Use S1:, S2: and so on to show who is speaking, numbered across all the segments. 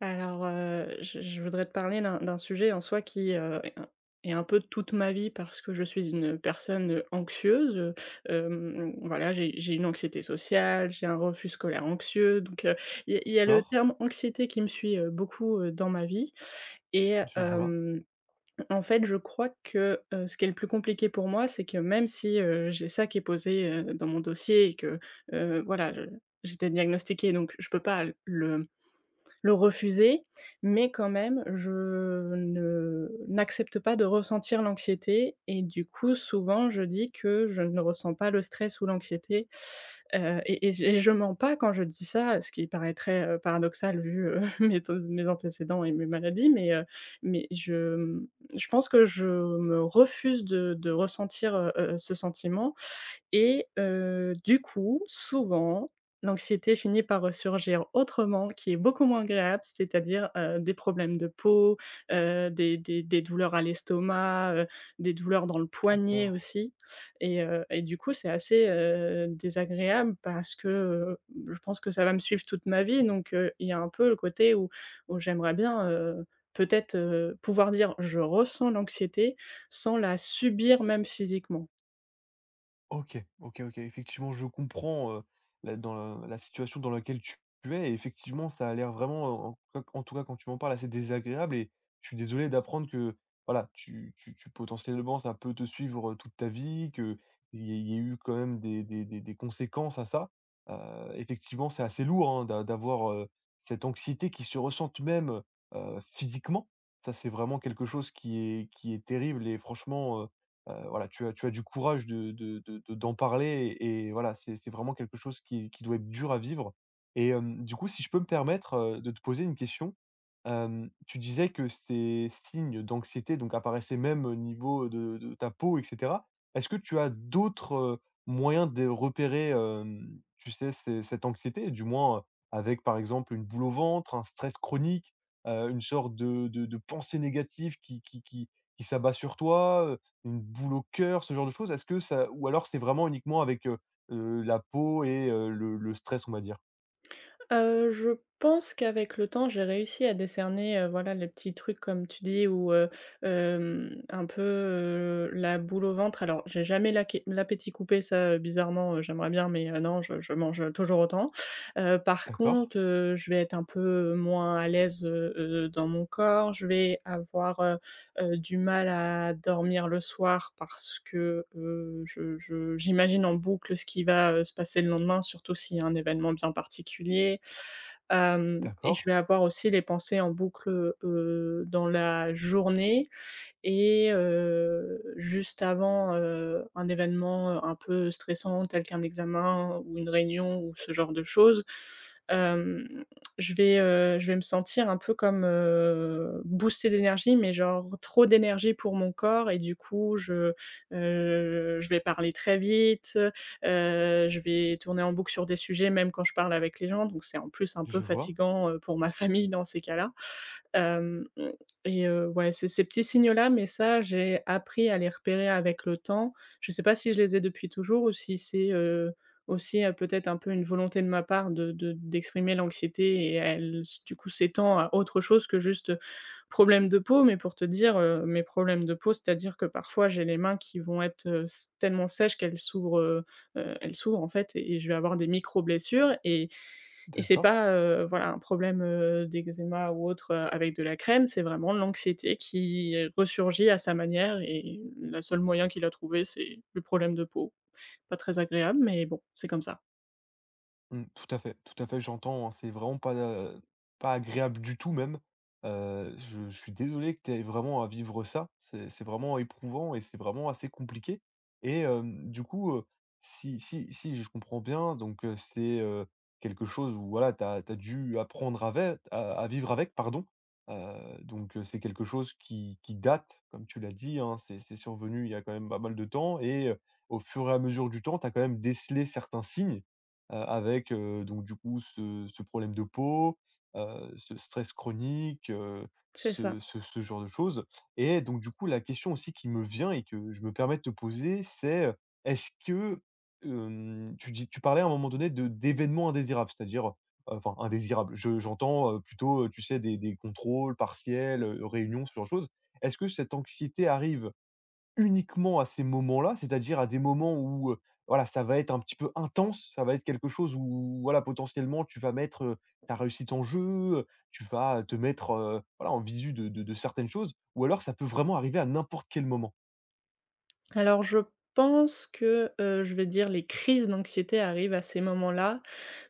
S1: Je voudrais te parler d'un sujet en soi qui, est un peu toute ma vie parce que je suis une personne anxieuse, voilà, j'ai une anxiété sociale, j'ai un refus scolaire anxieux, donc il y a le
S2: D'accord,
S1: terme anxiété qui me suit, beaucoup, dans ma vie et
S2: je vois.
S1: hem, en fait, je crois que ce qui est le plus compliqué pour moi, c'est que même si j'ai ça qui est posé dans mon dossier et que voilà, je j'étais diagnostiquée, donc je peux pas le refuser, mais quand même, je ne n'accepte pas de ressentir l'anxiété et du coup, souvent, je dis que je ne ressens pas le stress ou l'anxiété, et je mens pas quand je dis ça, ce qui paraîtrait, paradoxal vu mes antécédents et mes maladies, mais je je pense que je me refuse de ressentir, ce sentiment et du coup, souvent, l'anxiété finit par ressurgir autrement, qui est beaucoup moins agréable, c'est-à-dire, des problèmes de peau, des douleurs à l'estomac, des douleurs dans le poignet
S2: D'accord.
S1: aussi et du coup, c'est assez, désagréable parce que je pense que ça va me suivre toute ma vie, donc il y a un peu le côté où j'aimerais bien, peut-être, pouvoir dire: «Je ressens l'anxiété», sans la subir même physiquement.
S2: OK, OK, OK. Effectivement, je comprends, la dans la situation dans laquelle tu es et effectivement, ça a l'air vraiment, en tout cas, quand tu m'en parles, assez désagréable et je suis désolé d'apprendre que, voilà, tu potentiellement, ça peut te suivre, toute ta vie, qu'il y ait eu quand même des conséquences à ça. Heu, Effectivement, c'est assez lourd, hein, d'avoir, cette anxiété qui se ressente même, physiquement. Ça, c'est vraiment quelque chose qui est terrible et franchement, voilà, tu as du courage de d'en parler et voilà, c'est vraiment quelque chose qui doit être dur à vivre et du coup, si je peux me permettre, de te poser une question, tu disais que ces signes d'anxiété donc apparaissaient même au niveau de ta peau et cetera. Est-ce que tu as d'autres, moyens de repérer, tu sais, ces cette anxiété? Du moins, avec par exemple une boule au ventre, un stress chronique, une sorte de pensée négative qui s'abat sur toi, une boule au cœur, ce genre de choses? Est-ce que ça ou alors c'est vraiment uniquement avec, la peau et le stress, on va dire?
S1: Je pense qu'avec le temps, j'ai réussi à décerner, voilà, les petits trucs comme tu dis ou, un peu, la boule au ventre. Alors j'ai jamais l'appétit coupé, ça, bizarrement, j'aimerais bien, mais non, je mange toujours autant. Par
S2: D'accord,
S1: contre, je vais être un peu moins à l'aise, dans mon corps, je vais avoir, du mal à dormir le soir parce que, je j'imagine en boucle ce qui va, se passer le lendemain, surtout s'il y a un événement bien particulier. Hem Et je
S2: d'accord,
S1: vais avoir aussi les pensées en boucle, dans la journée et juste avant, un événement un peu stressant tel qu'un examen ou une réunion ou ce genre de choses, hem, je vais me sentir un peu comme, boostée d'énergie, mais genre trop d'énergie pour mon corps, et du coup je vais parler très vite, je vais tourner en boucle sur des sujets même quand je parle avec les gens, donc c'est en plus un peu
S2: je vois,
S1: fatigant, pour ma famille dans ces cas-là. Hem, et ouais, c'est ces petits signaux-là, mais ça, j'ai appris à les repérer avec le temps. Je sais pas si je les ai depuis toujours ou si c'est, aussi, peut-être un peu une volonté de ma part de d'exprimer l'anxiété et elle s du coup, s'étend à autre chose que juste, problème de peau. Mais pour te dire, mes problèmes de peau, c'est-à-dire que parfois j'ai les mains qui vont être, s tellement sèches qu'elles s'ouvrent, elles s'ouvrent en fait, et je vais avoir des micro blessures et c'est
S2: d'accord.
S1: pas, voilà, un problème, d'eczéma ou autre, avec de la crème, c'est vraiment l'anxiété qui resurgit à sa manière et la seule moyen qu'il a trouvé, c'est le problème de peau. Pas très agréable, mais bon, c'est comme ça.
S2: Mmh, tout à fait, j'entends, hein, c'est vraiment pas, pas agréable du tout même. Je suis désolé que tu aies vraiment à vivre ça. C'est vraiment éprouvant et c'est vraiment assez compliqué et du coup, si je comprends bien, donc c'est, quelque chose où voilà, tu as dû apprendre avec à vivre avec, pardon. Donc c'est quelque chose qui date, comme tu l'as dit, hein, c'est survenu il y a quand même pas mal de temps et au fur et à mesure du temps, tu as quand même décelé certains signes avec, donc du coup ce problème de peau, ce stress chronique,
S1: C'est ça.
S2: ce genre de choses et donc du coup la question aussi qui me vient et que je me permets de te poser c'est, est-ce que, tu parlais à un moment donné de d'événements indésirables, c'est-à-dire, enfin indésirables, je j'entends, plutôt, tu sais des contrôles partiels, réunions, ce genre de choses. Est-ce que cette anxiété arrive uniquement à ces moments-là, c'est-à-dire à des moments où, voilà, ça va être un petit peu intense, ça va être quelque chose où, voilà, potentiellement, tu vas mettre, ta réussite en jeu, tu vas te mettre, voilà, en visu de certaines choses ou alors ça peut vraiment arriver à n'importe quel moment,
S1: Alors je pense que, je vais dire les crises d'anxiété arrivent à ces moments-là.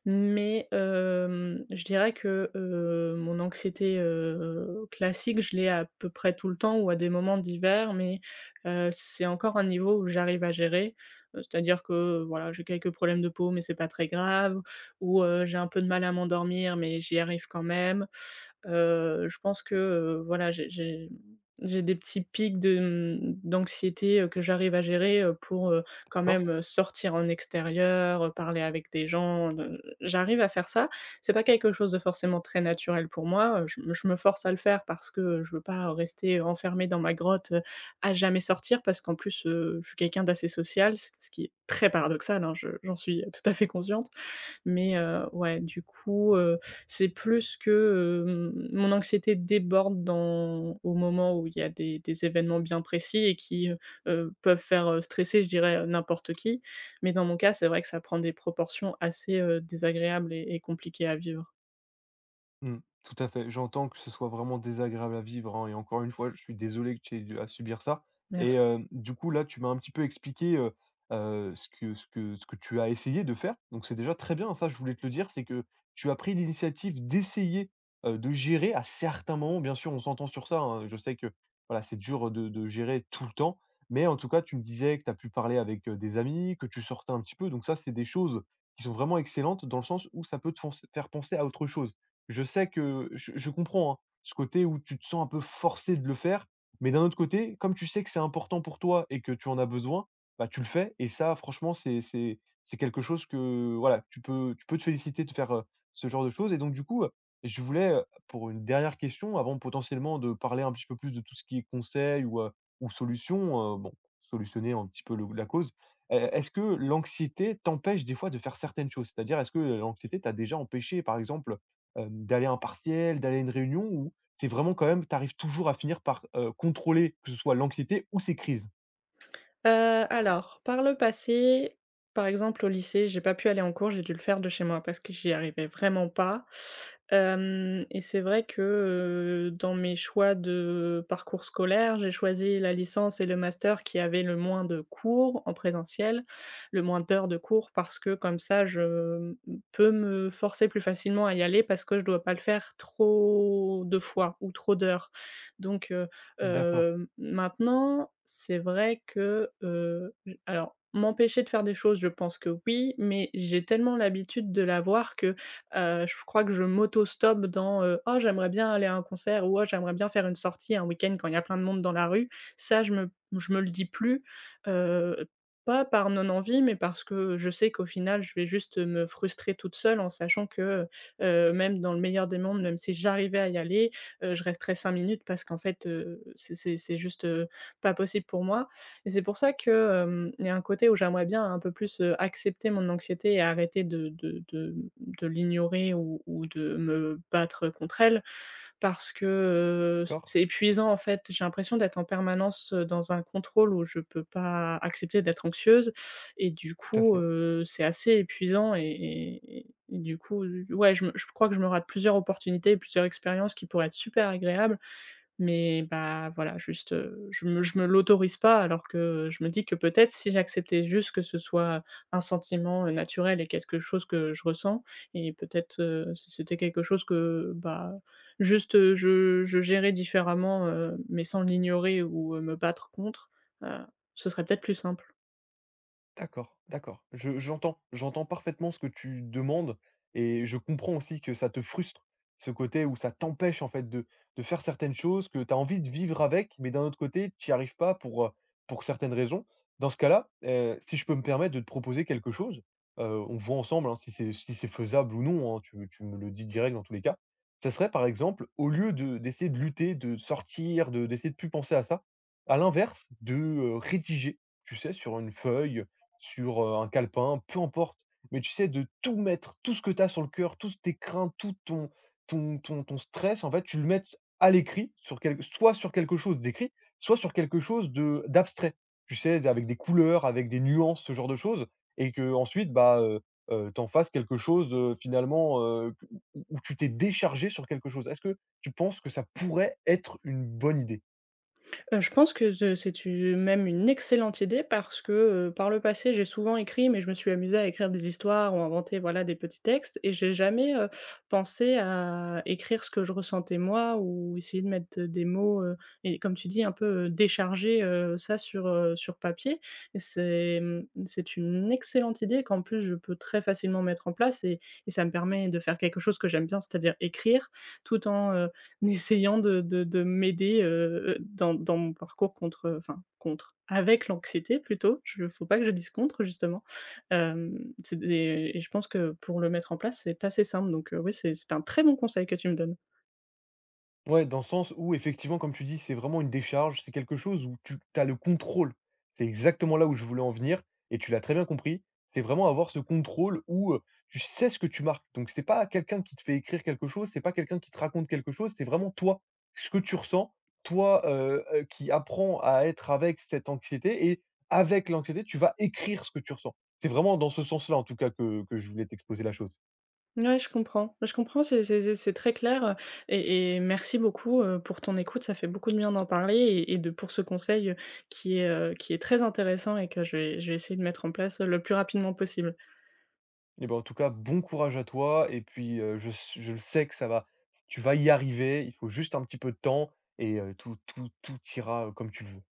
S1: Mais, je dirais que, mon anxiété, classique, je l'ai à peu près tout le temps ou à des moments divers, mais, c'est encore un niveau où j'arrive à gérer. C'est-à-dire que, voilà, j'ai quelques problèmes de peau, mais c'est pas très grave ou, j'ai un peu de mal à m'endormir, mais j'y arrive quand même. Je pense que, voilà, j'ai des petits pics de, d'anxiété, que j'arrive à gérer, pour, quand
S2: d'accord?
S1: même, sortir en extérieur, parler avec des gens, j'arrive à faire ça. C'est pas quelque chose de forcément très naturel pour moi, je me force à le faire parce que je veux pas rester enfermée dans ma grotte, à jamais sortir parce qu'en plus, je suis quelqu'un d'assez social, ce qui est très paradoxal, hein, je j'en suis tout à fait consciente. Mais, ouais, du coup, c'est plus que, mon anxiété déborde dans au moment où il y a des événements bien précis et qui, peuvent faire, stresser, je dirais, n'importe qui. Mais dans mon cas, c'est vrai que ça prend des proportions assez, désagréables et compliquées à vivre.
S2: Mmh. Tout à fait. J'entends que ce soit vraiment désagréable à vivre, hein et encore une fois, je suis désolé que tu aies dû à subir ça et
S1: Merci.
S2: du coup, là, tu m'as un petit peu expliqué, ce que tu as essayé de faire. Donc c'est déjà très bien, ça, je voulais te le dire, c'est que tu as pris l'initiative d'essayer, de gérer à certains moments. Bien sûr, on s'entend sur ça, hein, je sais que, voilà, c'est dur de gérer tout le temps, mais en tout cas, tu me disais que tu as pu parler avec, des amis, que tu sortais un petit peu, donc ça, c'est des choses qui sont vraiment excellentes dans le sens où ça peut te foncer faire penser à autre chose. Je sais que je comprends, hein, ce côté où tu te sens un peu forcé de le faire, mais d'un autre côté, comme tu sais que c'est important pour toi et que tu en as besoin, bah, tu le fais et ça franchement c'est quelque chose que voilà, tu peux te féliciter de faire, ce genre de choses et donc du coup, je voulais, pour une dernière question avant potentiellement de parler un petit peu plus de tout ce qui est conseil ou solution, bon, solutionner un petit peu le la cause. Est-ce que l'anxiété t'empêche des fois de faire certaines choses? C'est-à-dire est-ce que l'anxiété t'a déjà empêché par exemple, d'aller à un partiel, d'aller à une réunion où c'est vraiment quand même tu arrives toujours à finir par, contrôler que ce soit l'anxiété ou ces crises?
S1: Heu, alors, par le passé, par exemple au lycée, j'ai pas pu aller en cours, j'ai dû le faire de chez moi parce que j'y arrivais vraiment pas. Hem Et c'est vrai que, dans mes choix de parcours scolaire, j'ai choisi la licence et le master qui avaient le moins de cours en présentiel, le moins d'heures de cours parce que comme ça je peux me forcer plus facilement à y aller parce que je dois pas le faire trop de fois ou trop d'heures, donc heu
S2: D'accord.
S1: Heu, maintenant, c'est vrai que, j alors m'empêcher de faire des choses, je pense que oui, mais j'ai tellement l'habitude de l'avoir que, je crois que je m'auto-stoppe dans, «Oh j'aimerais bien aller à un concert» ou «Oh j'aimerais bien faire une sortie un week-end quand il y a plein de monde dans la rue». Ça, je me le dis plus, heu, pas par non-envie, mais parce que je sais qu'au final, je vais juste me frustrer toute seule en sachant que, même dans le meilleur des mondes, même si j'arrivais à y aller, je resterai 5 minutes parce qu'en fait, c'est juste, pas possible pour moi, et c'est pour ça que, il y a un côté où j'aimerais bien un peu plus, accepter mon anxiété et arrêter de l'ignorer ou de me battre contre elle, parce que, c'est
S2: D'accord,
S1: c'est épuisant en fait. J'ai l'impression d'être en permanence, dans un contrôle où je peux pas accepter d'être anxieuse, et du
S2: tout à
S1: coup,
S2: fait.
S1: c'est assez épuisant, et et du coup, ouais, je crois que je me rate plusieurs opportunités et plusieurs expériences qui pourraient être super agréables, mais bah, voilà, juste, je me l'autorise pas alors que je me dis que peut-être si j'acceptais juste que ce soit un sentiment, naturel et quelque chose que je ressens, et peut-être, si c'était quelque chose que, bah, juste, je gérais différemment, mais sans l'ignorer ou, me battre contre, heu, ce serait peut-être plus simple.
S2: D'accord, d'accord. Je j'entends, j'entends parfaitement ce que tu demandes et je comprends aussi que ça te frustre, ce côté où ça t'empêche en fait de faire certaines choses que tu as envie de vivre avec, mais d'un autre côté, tu n'y arrives pas pour, pour certaines raisons. Dans ce cas-là, si je peux me permettre de te proposer quelque chose, on voit ensemble hein, si c'est faisable ou non, hein, tu me le dis direct dans tous les cas. Ça serait par exemple, au lieu de d'essayer de lutter, de sortir, de, d'essayer de plus penser à ça, à l'inverse, de rédiger, tu sais, sur une feuille sur, un calepin, peu importe, mais tu sais, de tout mettre, tout ce que tu as sur le cœur, toutes tes craintes, tout ton stress, en fait, tu le mets à l'écrit sur quel soit sur quelque chose d'écrit, soit sur quelque chose de d'abstrait. Tu sais, avec des couleurs, avec des nuances, ce genre de choses et que ensuite, bah, tu fasses quelque chose, finalement, q où tu t'es déchargé sur quelque chose. Est-ce que tu penses que ça pourrait être une bonne idée?
S1: Je pense que ze c'est u même une excellente idée parce que, par le passé, j'ai souvent écrit, mais je me suis amusée à écrire des histoires ou inventer, voilà, des petits textes, et j'ai jamais, pensé à écrire ce que je ressentais moi ou essayer de mettre, des mots, et comme tu dis, un peu, décharger, ça sur, sur papier, et c'est, c'est une excellente idée qu'en plus je peux très facilement mettre en place, et ça me permet de faire quelque chose que j'aime bien, c'est-à-dire écrire, tout en en essayant de m'aider, dans mon parcours contre, enfin contre, avec l'anxiété plutôt. Il faut pas que je dise contre justement. Hem, c'est des Et je pense que pour le mettre en place, c'est assez simple, donc, oui, c'est un très bon conseil que tu me donnes.
S2: Ouais, dans le sens où effectivement, comme tu dis, c'est vraiment une décharge, c'est quelque chose où tu as le contrôle. C'est exactement là où je voulais en venir, et tu l'as très bien compris. C'est vraiment avoir ce contrôle où tu sais ce que tu marques. Donc, c'est pas quelqu'un qui te fait écrire quelque chose, c'est pas quelqu'un qui te raconte quelque chose, c'est vraiment toi, ce que tu ressens, toi qui apprends à être avec cette anxiété, et avec l'anxiété, tu vas écrire ce que tu ressens. C'est vraiment dans ce sens-là, en tout cas, que je voulais t'exposer la chose.
S1: Ouais, je comprends. Je comprends, c'est très clair, et merci beaucoup, pour ton écoute. Ça fait beaucoup de bien d'en parler, et de pour ce conseil, qui est très intéressant et que je vais essayer de mettre en place le plus rapidement possible.
S2: Eh ben, en tout cas, bon courage à toi et puis, je le sais que ça va tu vas y arriver, il faut juste un petit peu de temps et tout ira, comme tu le veux.